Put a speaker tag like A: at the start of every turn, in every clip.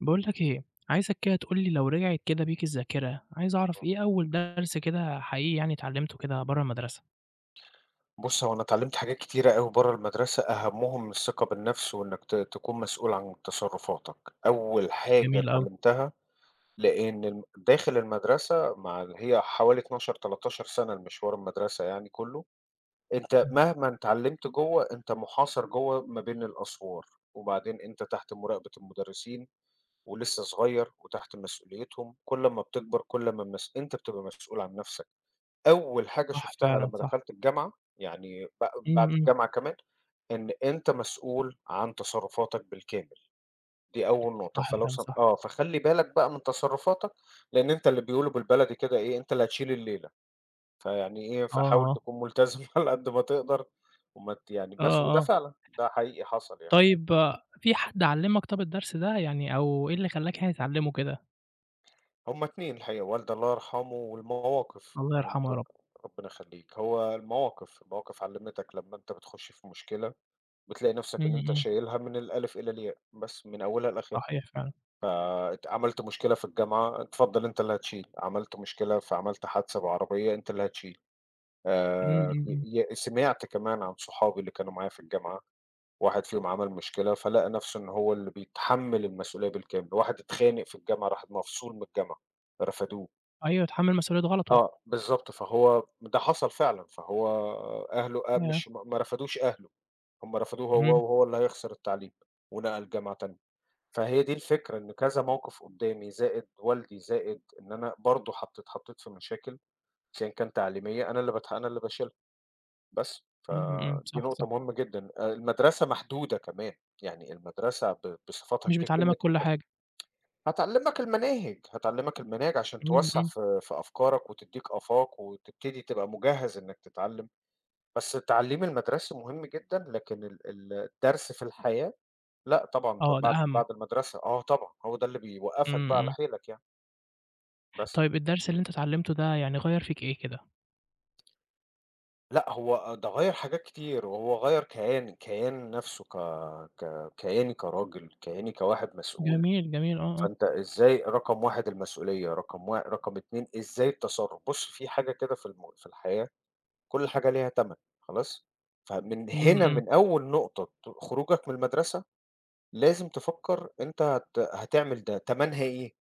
A: باقول لك إيه، عايزك كده تقول لي لو رجعت كده بيك الذاكرة، عايز أعرف إيه أول درس كده حقيقي يعني اتعلمته كده برّه المدرسة؟
B: بُص، هو أنا اتعلمت حاجات كتيرة أوي برّه المدرسة، أهمهم الثقة بالنفس وإنك تكون مسؤول عن تصرفاتك. أول حاجة
A: جميل أوي.
B: اتعلمتها لإن داخل المدرسة مع ال هي حوالي 12، 13 سَنة المشوار المدرسة يعني كُلّه، أنت
A: إمم.
B: مهما اتعلمت جوّه، أنت مُحاصر جوّه ما بين الأسوار، وبعدين أنت تحت مراقبة المدرسين ولسه صغير وتحت مسؤوليتهم، كل أمّا بتكبر كل ما أنت بتبقى مسؤول عن نفسك. أول حاجة
A: صح
B: شُفتها
A: فعلًا
B: لمّا
A: صح.
B: دخلت الجامعة، يعني ب
A: إمم،
B: بعد
A: إمم.
B: الجامعة كمان، إن أنت مسؤول عن تصرُّفاتك بالكامل، دي أول نقطة،
A: صح
B: فلو
A: فعلًا
B: سم
A: صح.
B: آه، فخلّي بالك بقى من تصرُّفاتك، لإن أنت اللي بيقولوا بالبلدي كده إيه، أنت اللي هتشيل الليلة، فيعني إيه،
A: آه.
B: فحاول
A: آه.
B: تكون ملتزم على قد ما تقدر وما ت يعني بس
A: آه.
B: وده
A: آه.
B: فعلًا، ده حقيقي حصل يعني.
A: طيب آه، طيب في حد علّمك طَب الدرس ده يعني أو إيه اللي خلّاك يعني تتعلمه كده؟
B: هُم 2 الحقيقة، والدي الله يرحمه والمواقف.
A: الله
B: أنت
A: يرحمه يا رب.
B: ربنا يخلّيك، هو المواقف، المواقف علّمتك لمّا أنت بتخُش في مشكلة بتلاقي نفْسك
A: إمم،
B: إن أنت
A: إمم.
B: شايلها من الألِف إلى الياء، بس من أولها لآخرها.
A: صحيح فعلًا.
B: عملت مشكلة في الجامعة، اتفضّل أنت اللي هتشيل، عملت مشكلة فعملت حادثة بعربية، أنت اللي هتشيل.
A: إمم، إمم، إمم.
B: ي ي سمعت كمان عن صحابي اللي كانوا معايا في الجامعة، واحد فيهم عمل مشكلة فلقى نفْسه إن هو اللي بيتحمّل المسؤولية بالكامل، واحد اتخانق في الجامعة راح مفصول من الجامعة، رفدوه.
A: أيوه يتحمل مسؤولية غلطه.
B: آه، بالضبط، فهو ده حصل فعلًا، فهو أهله أ
A: ياه!
B: مش ما ما رفدوش أهله، هم رفدوه هو
A: إمم،
B: وهو اللي هيخسر التعليم ونقل جامعة تانية. فهي دي الفكرة، إن كذا موقف قدّامي زائد والدي، زائد إن أنا برضه اتحطّيت في مشاكل سواء كان تعليمية، أنا اللي باشيلها بس،
A: إمم، إمم،
B: فدي
A: صح،
B: نقطة
A: صح.
B: مهمة جدًا. المدرسة محدودة كمان، يعني المدرسة ب بصفتها
A: مش
B: ك
A: بتعلّمك
B: كلمة
A: كل
B: مدرسة،
A: حاجة.
B: هتعلّمك المناهج، هتعلّمك المناهج عشان
A: إمم،
B: توسّع
A: إمم.
B: في أفكارك وتدّيك آفاق وتبتدي تبقى مجهّز إنّك تتعلّم، بس التعليم المدرسي مهم جدًا، لكن ال ال الدرس في الحياة لأ طبعًا، ده
A: آه ده
B: بعد
A: أهم.
B: بعد المدرسة، آه طبعًا، هو ده اللي بيوقّفك
A: إمم،
B: بقى على
A: إمم.
B: حيلك يعني، بس.
A: طيب الدرس اللي أنت اتعلمته ده يعني غيّر فيك إيه كده؟
B: لأ هو ده غيّر حاجات كتير، وهو غيّر كياني، كيان نَفْسه ك ك كياني كراجل، كياني كواحد مسؤول،
A: جميل، جميل، آه، آه.
B: فأنت إزاي رقم 1 المسؤولية، رقم 2 إزاي التصرُّف، بُص في حاجة كده في الحياة كل حاجة ليها تَمَن خلاص، فمن
A: إمم،
B: هنا
A: إمم،
B: من أول نقطة خروجك من المدرسة لازم تفكّر أنت هتعمل ده تَمَنها إيه؟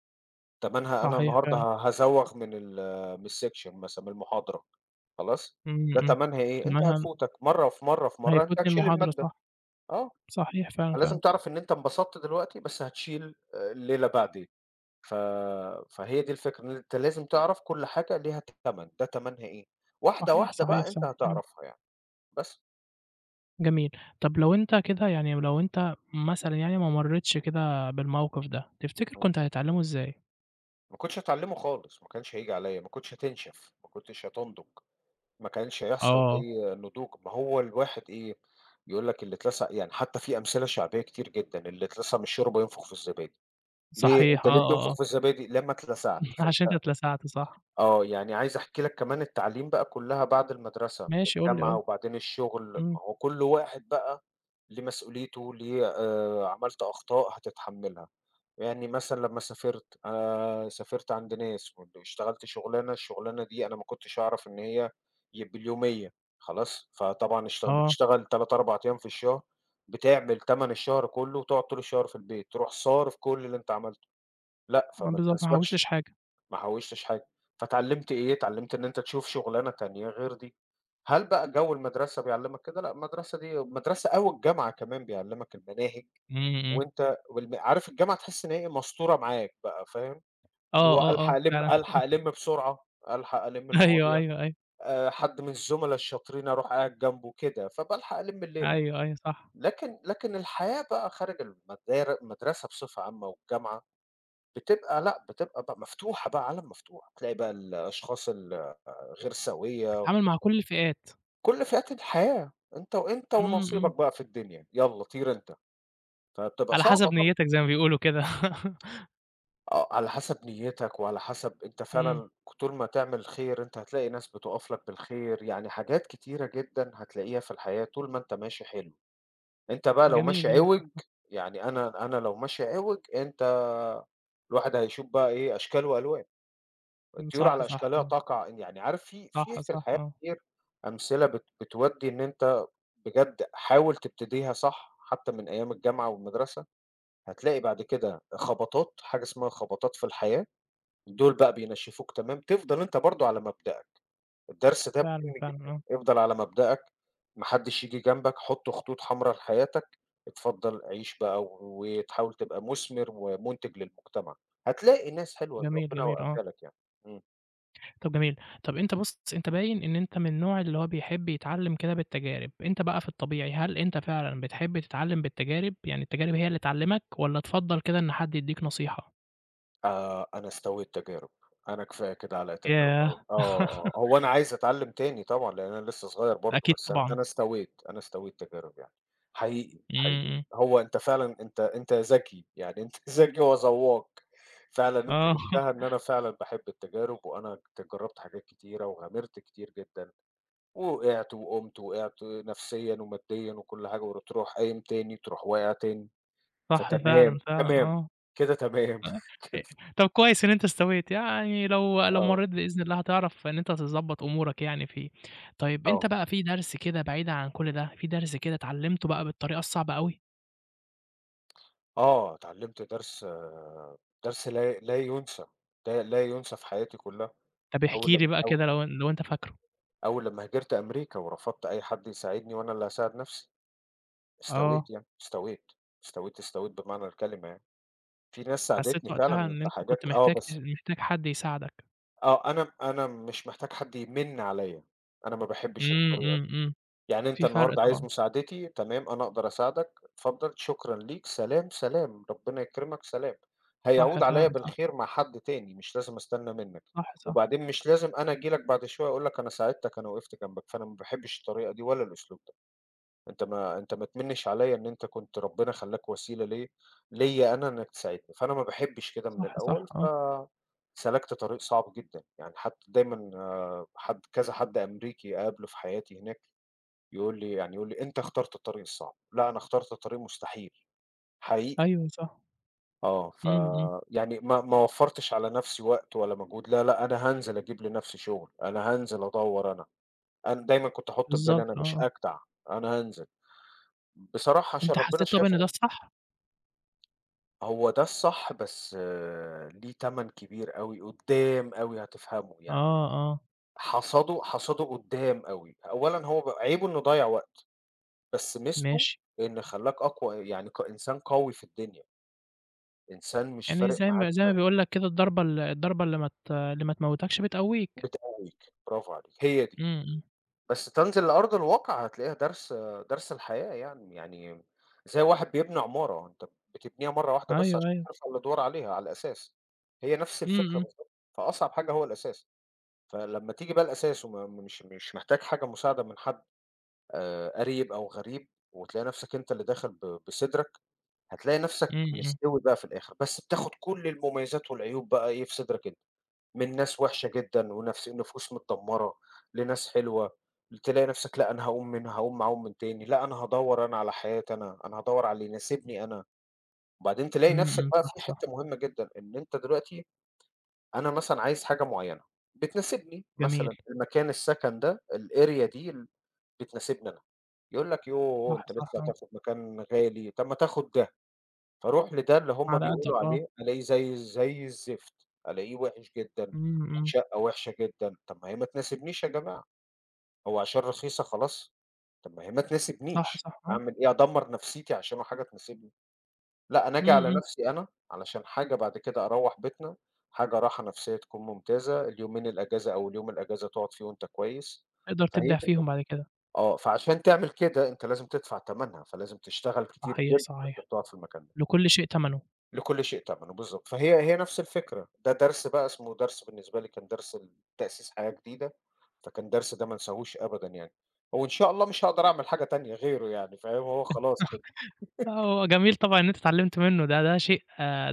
B: طب أنا
A: صحيح
B: النهارده
A: فعلًا.
B: ه هازوّغ من الsection مثلًا، من المحاضرة خلاص،
A: إمم،
B: ده
A: إمم.
B: تمنها إيه؟ أنت هتفوتك مرّة في مرّة في
A: ما
B: مرّة، أنت
A: هيفوتني
B: هتشيل
A: المحاضرة
B: المادة،
A: صح.
B: آه،
A: صحيح فعلًا،
B: لازم
A: فعلًا.
B: تعرف إن أنت انبسطت دلوقتي بس هتشيل الليلة بعدين، ف فهي دي الفكرة، إن أنت لازم تعرف كل حاجة ليها تَمَن، ده تَمَنها إيه، واحدة،
A: صحيح،
B: واحدة
A: صحيح،
B: بقى أنت
A: صحيح، إمم.
B: هتعرفها يعني، بس.
A: جميل. طب لو أنت كده يعني لو أنت مثلًا يعني ما مرّيتش كده بالموقف ده، تفتكر
B: إمم،
A: كنت هتتعلمه إزاي؟
B: ما كنتش هاتعلّمه خالص، ما كانش هييجي عليّا، ما كنتش هتنشف، ما كنتش هتُنضج. ما كانش هيحصل
A: آه.
B: أي نضوج، ما هو الواحد إيه، يقول لك اللي اتلسع يعني حتى في أمثلة شعبية كتير جدًا، اللي اتلسع من الشوربة ينفخ في الزبادي، ليه
A: صحيح،
B: أنت
A: آه،
B: ليه
A: آه،
B: بتنفخ
A: آه.
B: في الزبادي؟ لمّا اتلسعت،
A: عشان
B: فأنت
A: أنت اتلسعت صح.
B: آه، يعني عايز أحكي لك كمان التعليم بقى كلها بعد المدرسة، من
A: ماشي قُل لي، قُل
B: الجامعة
A: لي.
B: وبعدين الشغل،
A: إمم.
B: ما هو كل واحد بقى ليه مسؤوليته، ليه عملت أخطاء هتتحملها. يعني مثلًا لمّا سافرت، أنا سافرت عند ناس كنت اشتغلت شُغلانة، الشُغلانة دي أنا ما كنتش أعرف إن هي باليومية خلاص، فطبعًا
A: آه.
B: بتشتغل 3، 4 أيام في الشهر، بتعمل تَمَن الشهر كُلّه وتقعد طول الشهر في البيت، تروح صارف كل اللي أنت عملته، لأ،
A: آه
B: فما
A: بالضبط، ما
B: تناسبكش،
A: حوشتش حاجة.
B: ما حوّشتش حاجة، فاتعلّمت إيه، اتعلّمت إن أنت تشوف شُغلانة تانية غير دي. هل بقى جَو المدرسة بيعلّمك كده؟ لأ، المدرسة دي المدرسة أو الجامعة كمان بيعلّمك المناهج
A: إمم، إمم،
B: وأنت عارف الجامعة تحس إن هي إيه، مستورة معاك بقى فاهم، اللي
A: آه،
B: هو
A: آه،
B: ألحق
A: آه،
B: ألِم
A: فعلًا.
B: ألحق ألِم بسرعة، ألحق ألِم
A: أيوه،
B: المواضيع،
A: أيوه، أيوه.
B: حد من الزملا الشاطرين أروح قاعد جنبه كده، فبالحق ألِم الليلة.
A: أيوه، أيوه، صح.
B: لكن الحياة بقى خارج المدار المدرسة بصفة عامة والجامعة، بتبقى لأ، بتبقى بقى مفتوحة بقى، عالم مفتوح، تلاقي بقى الأشخاص الغير سوية،
A: بتتعامل مع كل الفئات.
B: كل فئات الحياة، أنت
A: إمم،
B: ونصيبك
A: إمم.
B: بقى في الدنيا، يالّا طير أنت، فبتبقى
A: على
B: صعبة
A: حسب
B: طبعًا.
A: نيتك زي ما بيقولوا كده.
B: آه، على حسب نيّتك وعلى حسب أنت
A: إمم.
B: فعلًا طول ما تعمل خير أنت هتلاقي ناس بتُقف لك بالخير، يعني حاجات كتيرة جدًا هتلاقيها في الحياة طول ما أنت ماشي حلو، أنت بقى لو
A: جميل،
B: ماشي
A: جميل
B: عوِج،
A: صح.
B: يعني أنا لو ماشي عوِج أنت الواحد هيشوف بقى إيه، أشكال وألوان،
A: إمم.
B: الطيور
A: صح،
B: على
A: صح،
B: أشكالها
A: إمم.
B: تقع، يعني عارف في في
A: صح،
B: في
A: صح،
B: الحياة
A: آه.
B: كتير أمثلة بتودّي إن أنت بجد حاول تبتديها صح، حتى من أيام الجامعة والمدرسة، هتلاقي بعد كده خبطات، حاجة اسمها خبطات في الحياة دول بقى بينشّفوك تمام، تفضل أنت برضه على مبدأك، الدرس ده
A: فعلًا،
B: مهم
A: فعلًا،
B: جدًا،
A: آه.
B: افضل على مبدأك، ما حدّش ييجي جنبك، حُط خطوط حمرا لحياتك، اتفضل عيش بقى و وتحاول تبقى مُثمر ومُنتج للمجتمع، هتلاقي ناس حلوة
A: جميل،
B: ربنا
A: جميل، آه.
B: يوفّقها لك يعني، إمم.
A: طب جميل، طب أنت بُص أنت باين إن أنت من النوع اللي هو بيحب يتعلّم كده بالتجارب، أنت بقى في الطبيعي هل أنت فعلًا بتحب تتعلّم بالتجارب، يعني التجارب هي اللي تعلّمك، والّا تفضّل كده إن حد يدّيك نصيحة؟
B: أنا استويت تجارب، أنا كفاية كده عليّا تجارب
A: ياه!
B: أوي. آه، آه، هو أنا عايز أتعلّم تاني طبعًا، لإن أنا لسه صغير برضه،
A: أكيد
B: بس أنا
A: طبعًا.
B: أنا استويت، أنا استويت تجارب يعني، حقيقي،
A: إمم،
B: حقيقي.
A: إمم.
B: هو أنت فعلًا أنت ذكي، يعني أنت ذكي وذواق، فعلًا أنت
A: آه.
B: جِبتها إن أنا فعلًا باحب التجارب، وأنا جرّبت حاجات كتيرة وغامرت كتير جدًا، ووقعت وقُمت، وقعت نفسيًا وماديًا وكل حاجة، وتروح قايم تاني، تروح واقع تاني،
A: صح فعلًا،
B: فتمام،
A: فعلًا،
B: تمام،
A: آه.
B: كده تمام،
A: آه، آآ،
B: كده
A: طب كويس إن أنت استويت، يعني لو لو
B: آه.
A: مرّيت بإذن الله هتعرف إن أنت تضبّط أمورك يعني فيه. طيب أنت
B: آه،
A: بقى في درس كده بعيدًا عن كل ده، في درس كده اتعلمته بقى بالطريقة الصعبة أوي؟
B: آه، اتعلّمت درس آه، درس لا لا يُنسى، لا لا يُنسى في حياتي كلّها،
A: طب احكِ
B: أول
A: لي
B: لمّا
A: بقى
B: أو
A: كده لو لو أنت فاكره.
B: أول لمّا هاجرت أمريكا ورفضت أي حد يساعدني وأنا اللي هاساعد نَفْسي، استويت
A: آه،
B: يعني، استويت، استويت، استويت بمعنى الكلمة يعني، في ناس ساعدتني
A: حسّيت
B: فعلًا
A: وقتها إن
B: في
A: أنت كنت
B: حاجات آه،
A: محتاج ت
B: بس
A: محتاج حد يساعدك.
B: آه، أنا مش محتاج حد يمِن عليّا، أنا ما باحبش
A: إمم،
B: الطريقة
A: إمم،
B: دي.
A: إمم.
B: يعني أنت
A: في فرق
B: النهارده عايز
A: طبعًا.
B: مساعدتي، تمام، أنا أقدر أساعدك، اتفضل، شكرًا ليك، سلام، سلام، ربنا يكرمك، سلام.
A: صح
B: هيعود عليّا
A: فعلًا، صح.
B: بالخير مع حد تاني، مش لازم أستنى منّك،
A: صح، صح.
B: وبعدين مش لازم أنا آجي لك بعد شوية أقول لك أنا ساعدتك، أنا وقفت جنبك، فأنا ما باحبش الطريقة دي ولا الأسلوب ده. أنت ما تمنّش عليّا إن أنت كنت ربنا خلّاك وسيلة ليّا ليّا أنا إنّك تساعدني، فأنا ما باحبش كده من
A: صح، صح،
B: الأول،
A: آه.
B: سلكت طريق صعب جدًا، يعني حتى دايمًا آه، حد كذا حد أمريكي أقابله في حياتي هناك يقول لي يعني يقول لي: "أنت اخترت الطريق الصعب." لأ، أنا اخترت الطريق مستحيل، حقيقي.
A: أيوه صح.
B: آه، ف
A: إمم، إمم.
B: يعني ما وفّرتش على نَفْسي وقت ولا مجهود، لا، لأ، أنا هانزل أجيب لنَفْسي شُغل، أنا هانزل أدوّر أنا. أنا دايمًا كنت أحُط في بالي
A: بالضبط،
B: أنا
A: آه،
B: مش
A: آه.
B: أجدع، أنا هانزل. بصراحة عشان
A: أنت
B: ربنا
A: حسّيت طب
B: شايف
A: إن ده
B: أن
A: الصح؟
B: هو ده الصح بس آه، ليه تَمَن كبير أوي، قُدّام أوي هتفهمه يعني،
A: آه. آه.
B: حصاده قُدّام أوي. أولًا هو عيبه إنه ضيّع وقته، بس ميزته
A: ماشي.
B: إن خلّاك أقوى يعني إنسان قوي في الدنيا. إنسان مش
A: يعني
B: فارق
A: زي ما
B: معاك
A: زي ما بيقول لك كده الضربة اللي ما تموّتكش بتقوّيك.
B: بتقوّيك، برافو عليكِ، هي دي.
A: إمم، إمم.
B: بس تنزل لأرض الواقع هتلاقيها درس درس الحياة يعني، يعني زي واحد بيبني عمارة، أنت بتبنيها مرّة واحدة بس
A: أيوه،
B: عشان
A: أيوه.
B: ترفع الأدوار عليها على الأساس، هي نفس
A: إمم،
B: الفكرة
A: إمم.
B: بالضبط، فأصعب حاجة هو الأساس، فلمّا تيجي بقى الأساس وما مش مش محتاج حاجة مساعدة من حد قريب أو غريب، وتلاقي نفسك أنت اللي داخل بصدرك، هتلاقي نفسك
A: إمم، إمم.
B: مستوي بقى في الآخر، بس بتاخد كل المميزات والعيوب بقى إيه في صدرك أنت. من ناس وِحشة جدًا ونفس نفوس متدمّرة، لناس حلوة، تلاقي نفسك لأ أنا هاقوم معاهم من تاني، لأ أنا هادوّر أنا على حياتي أنا، أنا هادوّر على اللي يناسبني أنا، وبعدين تلاقي
A: إمم،
B: نفسك
A: إمم.
B: بقى
A: صح،
B: في
A: صح.
B: حتّة مهمة جدًا، إن أنت دلوقتي أنا مثلًا عايز حاجة معيّنة، بتناسبني
A: جميل.
B: مثلًا المكان السكن ده الarea دي ال بتناسبني أنا، يقول لك يوه!
A: صح،
B: أنت
A: صح
B: لسه
A: آه.
B: هتاخد مكان غالي، طَب ما تاخد فاروح لده اللي هم
A: على قدّك
B: بيقولوا
A: آه.
B: عليه، ألاقيه زي الزفت، ألاقيه وِحِش جدًا،
A: إمم، إمم.
B: وشقة وِحشة جدًا، طَب ما هي ما تناسبنيش يا جماعة، هو عشان رخيصة خلاص؟ طَب ما هي ما
A: صح،
B: تناسبنيش،
A: صح آه.
B: أعمل إيه أدمّر نفسيتي عشان حاجة تناسبني؟ لأ، أنا
A: إمم،
B: آجي على
A: إمم.
B: نفسي أنا، علشان حاجة بعد كده أروّح بيتنا، حاجة راحة نفسية تكون ممتازة، اليومين الأجازة أو اليوم الأجازة تقعد فيه وأنت كويس،
A: تقدر
B: فهي
A: تبدع
B: دي
A: فيهم
B: الفكرة
A: بعد كده.
B: آه، فعشان تعمل كده أنت لازم تدفع تمنها، فلازم تشتغل كتير
A: صحيح،
B: جدًا
A: صحيح.
B: عشان تقعد في المكان ده.
A: لكل شيء تمنه.
B: لكل شيء تمنه، بالضبط. فهي هي نفس الفكرة، ده درس بقى اسمه درس بالنسبة لي كان درس تأسيس حياة جديدة، فكان درس ده ما انساهوش أبدًا يعني، وإن شاء الله مش هاقدر أعمل حاجة تانية غيره يعني فاهم، هو خلاص كده
A: لأ هو جميل طبعًا إن أنت اتعلّمت منّه ده شيء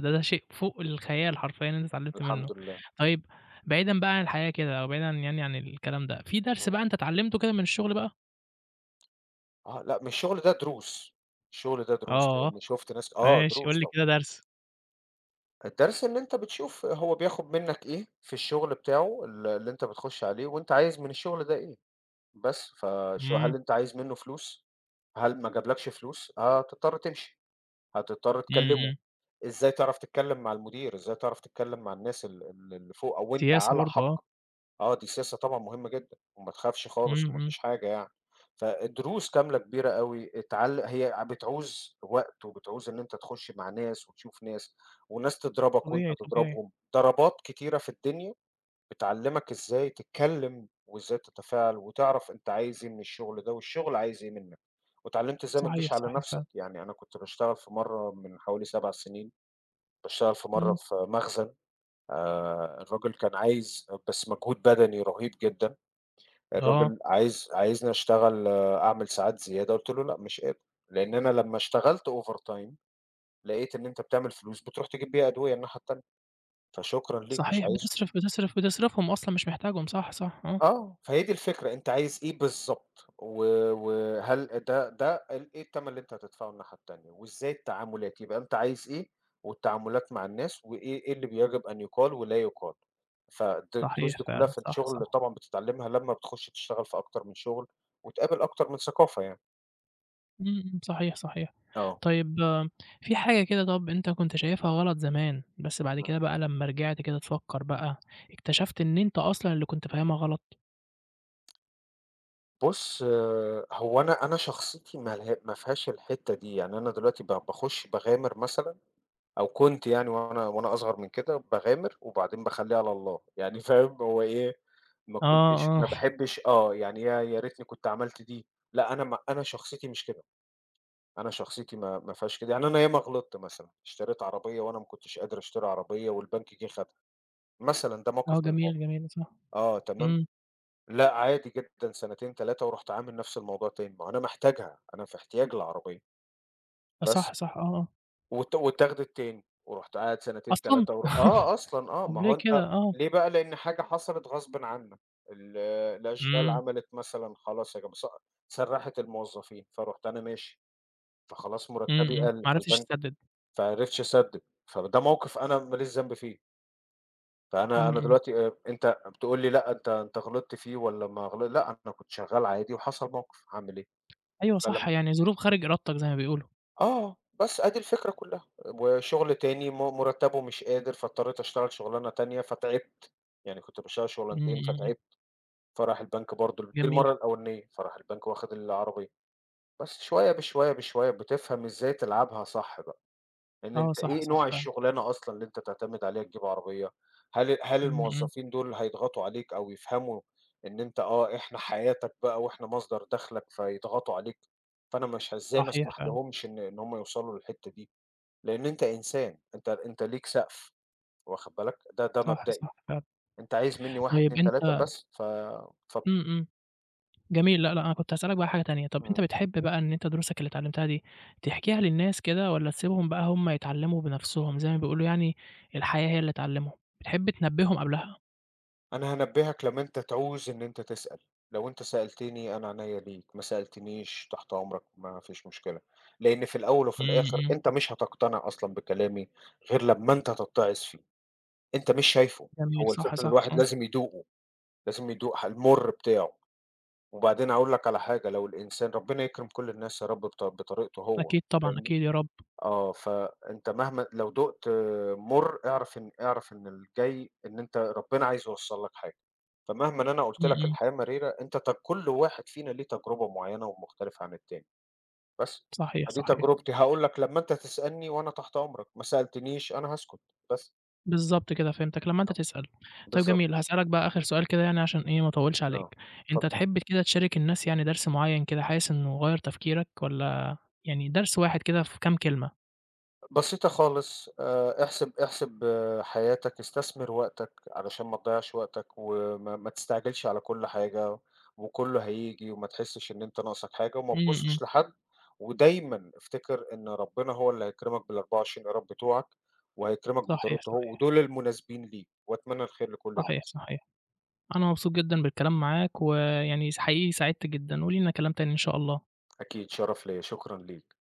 A: ده شيء فوق الخيال حرفيًا إن أنت اتعلّمت منّه.
B: الحمد لله،
A: طيب بعيدًا بقى عن الحياة كده أو بعيدًا يعني عن الكلام ده، في درس
B: إمم.
A: بقى أنت اتعلّمته كده من الشغل بقى؟
B: آه، لأ من الشغل ده دروس، الشغل ده دروس
A: آه.
B: لإني شُفت ناس آه
A: ماشي، قُل
B: دروس
A: لي
B: طبعًا.
A: كده درس.
B: الدرس إن أنت بتشوف هو بياخد منّك إيه في الشغل بتاعه اللي أنت بتخش عليه وأنت عايز من الشغل ده إيه، بس فشو
A: إمم،
B: هل أنت عايز منّه فلوس؟ هل ما جابلكش فلوس؟ هتضطر تمشي. هتضطر
A: إمم،
B: تكلّمه،
A: إمم.
B: إزاي تعرف تتكلّم مع المدير، إزاي تعرف تتكلّم مع الناس ال ال اللي فوق أو أنت
A: سياسة
B: على
A: برضه آه.
B: حق. آه، دي سياسة طبعًا مهمة جدًا، وما تخافش
A: إمم،
B: خالص وما
A: إمم.
B: فيش حاجة يعني. فدروس كاملة كبيرة أوي هي بتعوز وقت وبتعوز إن أنت تخش مع ناس وتشوف ناس، وناس تضربك وأنت
A: طبيعي، طبيعي.
B: تضربهم، ضربات كتيرة في الدنيا بتعلّمك إزاي تتكلّم وإزاي تتفاعل وتعرف أنت عايز إيه من الشغل ده والشغل عايز إيه منّك. واتعلّمت إزاي ما
A: صحيح،
B: تجيش على
A: صحيح فعلًا.
B: نَفْسك. يعني أنا كنت باشتغل في مرّة من حوالي 7 سنين، باشتغل في مرّة
A: إمم.
B: في مخزن. الراجل كان عايز بس مجهود بدني رهيب جدًا،
A: آه.
B: الراجل عايزني أشتغل، أعمل ساعات زيادة. قُلت له: "لأ مش قادر." لإن أنا لمّا اشتغلت overtime لقيت إن أنت بتعمل فلوس بتروح تجيب بيها أدوية الناحية التانية، فشكرًا ليك مش
A: صحيح
B: عايزه.
A: بتصرف، بتصرف وتصرفهم أصلًا مش محتاجهم صح، صح آه.
B: آه، فهي دي الفكرة، أنت عايز إيه بالضبط، و وهل ده ال إيه التمن اللي أنت هتدفعه الناحية التانية، وإزاي التعاملات، يبقى أنت عايز إيه، والتعاملات مع الناس، وإيه اللي بيجب أن يُقال ولا يُقال. الدروس
A: صحيح
B: دي كلها
A: فعلًا،
B: في
A: صح،
B: الشغل
A: صح.
B: طبعًا بتتعلمها لمّا بتخش تشتغل في أكتر من شغل، وتقابل أكتر من ثقافة يعني.
A: إمم، إمم. صحيح، صحيح.
B: آه.
A: طيب في حاجة كده طَب أنت كنت شايفها غلط زمان، بس بعد
B: إمم.
A: كده بقى لمّا رجعت كده تفكّر بقى، اكتشفت إن أنت أصلًا اللي كنت فاهمها غلط؟
B: بُص، آه، هو أنا شخصيتي ما فيهاش الحتّة دي، يعني أنا دلوقتي ب باخش باغامر مثلًا، أو كنت يعني وأنا أصغر من كده باغامر وبعدين باخلّيها على الله، يعني فاهم هو إيه. ما كنتش
A: آه،
B: ما
A: آه.
B: باحبش، آه، يعني يا ريتني كنت عملت دي. لأ أنا ما أنا شخصيتي مش كده، أنا شخصيتي ما فيهاش كده. يعني أنا ياما غلطت مثلًا، اشتريت عربية وأنا ما كنتش قادر أشتري عربية والبنك جه خدها، مثلًا ده
A: آه
B: موقف من
A: جميل،
B: المواقف.
A: جميل. صح.
B: آه، تمام.
A: إمم.
B: لأ عادي جدًا سنتين 3 ورُحت عامل نفس الموضوع تاني، ما هو أنا محتاجها، أنا في احتياج لعربية،
A: صح،
B: بس.
A: صح. آه، آه.
B: واتاخدِت تاني، ورُحت قاعد سنتين
A: أصلًا!
B: 3 ور آه أصلًا آه،
A: طَب
B: ما
A: ليه
B: هو
A: كده؟
B: أنت،
A: آه.
B: ليه بقى؟ لإن حاجة حصلت غصبٍ عنك. ال الأشغال
A: إمم.
B: عملت مثلًا خلاص يا جماعة، سرّحت الموظفين، فرُحت أنا ماشي، فخلاص
A: إمم،
B: مرتبي
A: إمم،
B: قَل،
A: ما عرفتش تسدد.
B: فما عرفتش أسدد، فده موقف أنا ما ليش ذنب فيه. فأنا
A: إمم،
B: أنا
A: إمم.
B: دلوقتي، أنت بتقول لي لأ، أنت غلطت فيه والّا ما غل لأ، أنا كنت شغال عادي وحصل موقف، هاعمل إيه؟
A: أيوه صح،
B: فلم
A: يعني ظروف خارج إرادتك زي ما بيقولوا.
B: آه، بس أدي الفكرة كلّها، وشغل تاني مُرتّبه مش قادر، فاضطريت أشتغل شغلانة تانية فتعبت، يعني كنت باشتغل
A: إمم،
B: شغلانتين
A: إمم، إمم.
B: فتعبت، فراح البنك برضه دي
A: جميل.
B: المَرّة الأولانية، فراح البنك واخد العربية. بس شوية بشوية بشوية بتفهم إزاي تلعبها صح بقى، إن
A: آه
B: أنت
A: صح،
B: إيه
A: صح
B: نوع
A: فعلًا.
B: الشغلانة أصلًا اللي أنت تعتمد عليها تجيب عربية. هل
A: إمم، إمم.
B: الموظفين دول هيضغطوا عليك أو يفهموا إن أنت، آه، إحنا حياتك بقى وإحنا مصدر دخلك فيضغطوا عليك. فأنا مش ه إزاي ما
A: صحيح
B: أسمح
A: فعلًا.
B: لهمش إن هم يوصلوا للحتّة دي. لإن أنت إنسان، أنت ليك سقف، واخد بالك؟ ده
A: صح، صح
B: مبدئي.
A: فعلًا.
B: أنت عايز منّي 1،
A: طيب
B: 2، 3
A: أنت
B: بس. ف ف
A: إمم، إمم، جميل، لأ، لأ، أنا كنت هاسألك بقى حاجة تانية، طب
B: إمم.
A: أنت بتحب بقى إن أنت دروسك اللي اتعلمتها دي تحكيها للناس كده والّا تسيبهم بقى هم يتعلموا بنفسهم زي ما بيقولوا يعني الحياة هي اللي تعلمهم، بتحب تنبههم قبلها؟
B: أنا هانبّهك لمّا أنت تعوز إن أنت تسأل، لو أنت سألتني أنا عينيّا ليك، ما سألتنيش تحت أمرك ما فيش مشكلة، لإن في الأول وفي
A: إمم،
B: الآخر
A: إمم.
B: أنت مش هتقتنع أصلًا بكلامي غير لمّا أنت تتعظ فيه، أنت مش شايفه.
A: جميل،
B: هو
A: صح،
B: الفكرة إن
A: صح،
B: الواحد
A: آه.
B: لازم يدوقه، لازم يدوق المُر بتاعه. وبعدين هاقول لك على حاجة، لو الإنسان ربنا يكرم كل الناس يا رب بطريقته هو،
A: أكيد طبعًا،
B: فاهمني؟
A: أكيد يا رب.
B: آه، فأنت مهما لو دُقت مُر، اعرف إن الجاي إن أنت ربنا عايز يوصّل لك حاجة. فمهمًا إن أنا قُلت
A: إمم،
B: لك
A: إمم.
B: الحياة مريرة، أنت ت كل واحد فينا ليه تجربة معيّنة ومختلفة عن التاني، بس.
A: صحيح،
B: فدي
A: صحيح.
B: تجربتي، هاقول لك لمّا أنت تسألني وأنا تحت أمرك، ما سألتنيش أنا هاسكت، بس،
A: بالضبط كده، فهمتك، لمّا أنت
B: آه،
A: تسأل. طيب
B: بالضبط،
A: جميل، هاسألك بقى آخر سؤال كده يعني عشان إيه ما أطوّلش عليك،
B: آه،
A: أنت
B: اتفضل.
A: تحب كده تشارك الناس يعني درس معيّن كده حاسس إنه غيّر تفكيرك والّا يعني درس واحد كده في كام كلمة؟
B: بسيطة خالص، احسب، احسب، آه، حياتك، استثمر وقتك علشان ما تضيّعش وقتك وما ما تستعجلش على كل حاجة وكُلّه هييجي وما تحسّش إن أنت ناقصك حاجة وما
A: إمم، إمم.
B: تبُصّش لحد، ودايمًا افتكر إن ربنا هو اللي هيكرمك بال24 قيراط بتوعك وهيكرمك
A: صحيح،
B: بطريقته هو
A: صحيح،
B: ودول المناسبين ليك وأتمنى الخير لكل
A: صحيح،
B: الناس.
A: صحيح. أنا مبسوط جدًا بالكلام معاك، ويعني حقيقي سعدت جدًا، ولينا كلام تاني إن شاء الله.
B: أكيد، شرف ليّا، شكرًا ليك.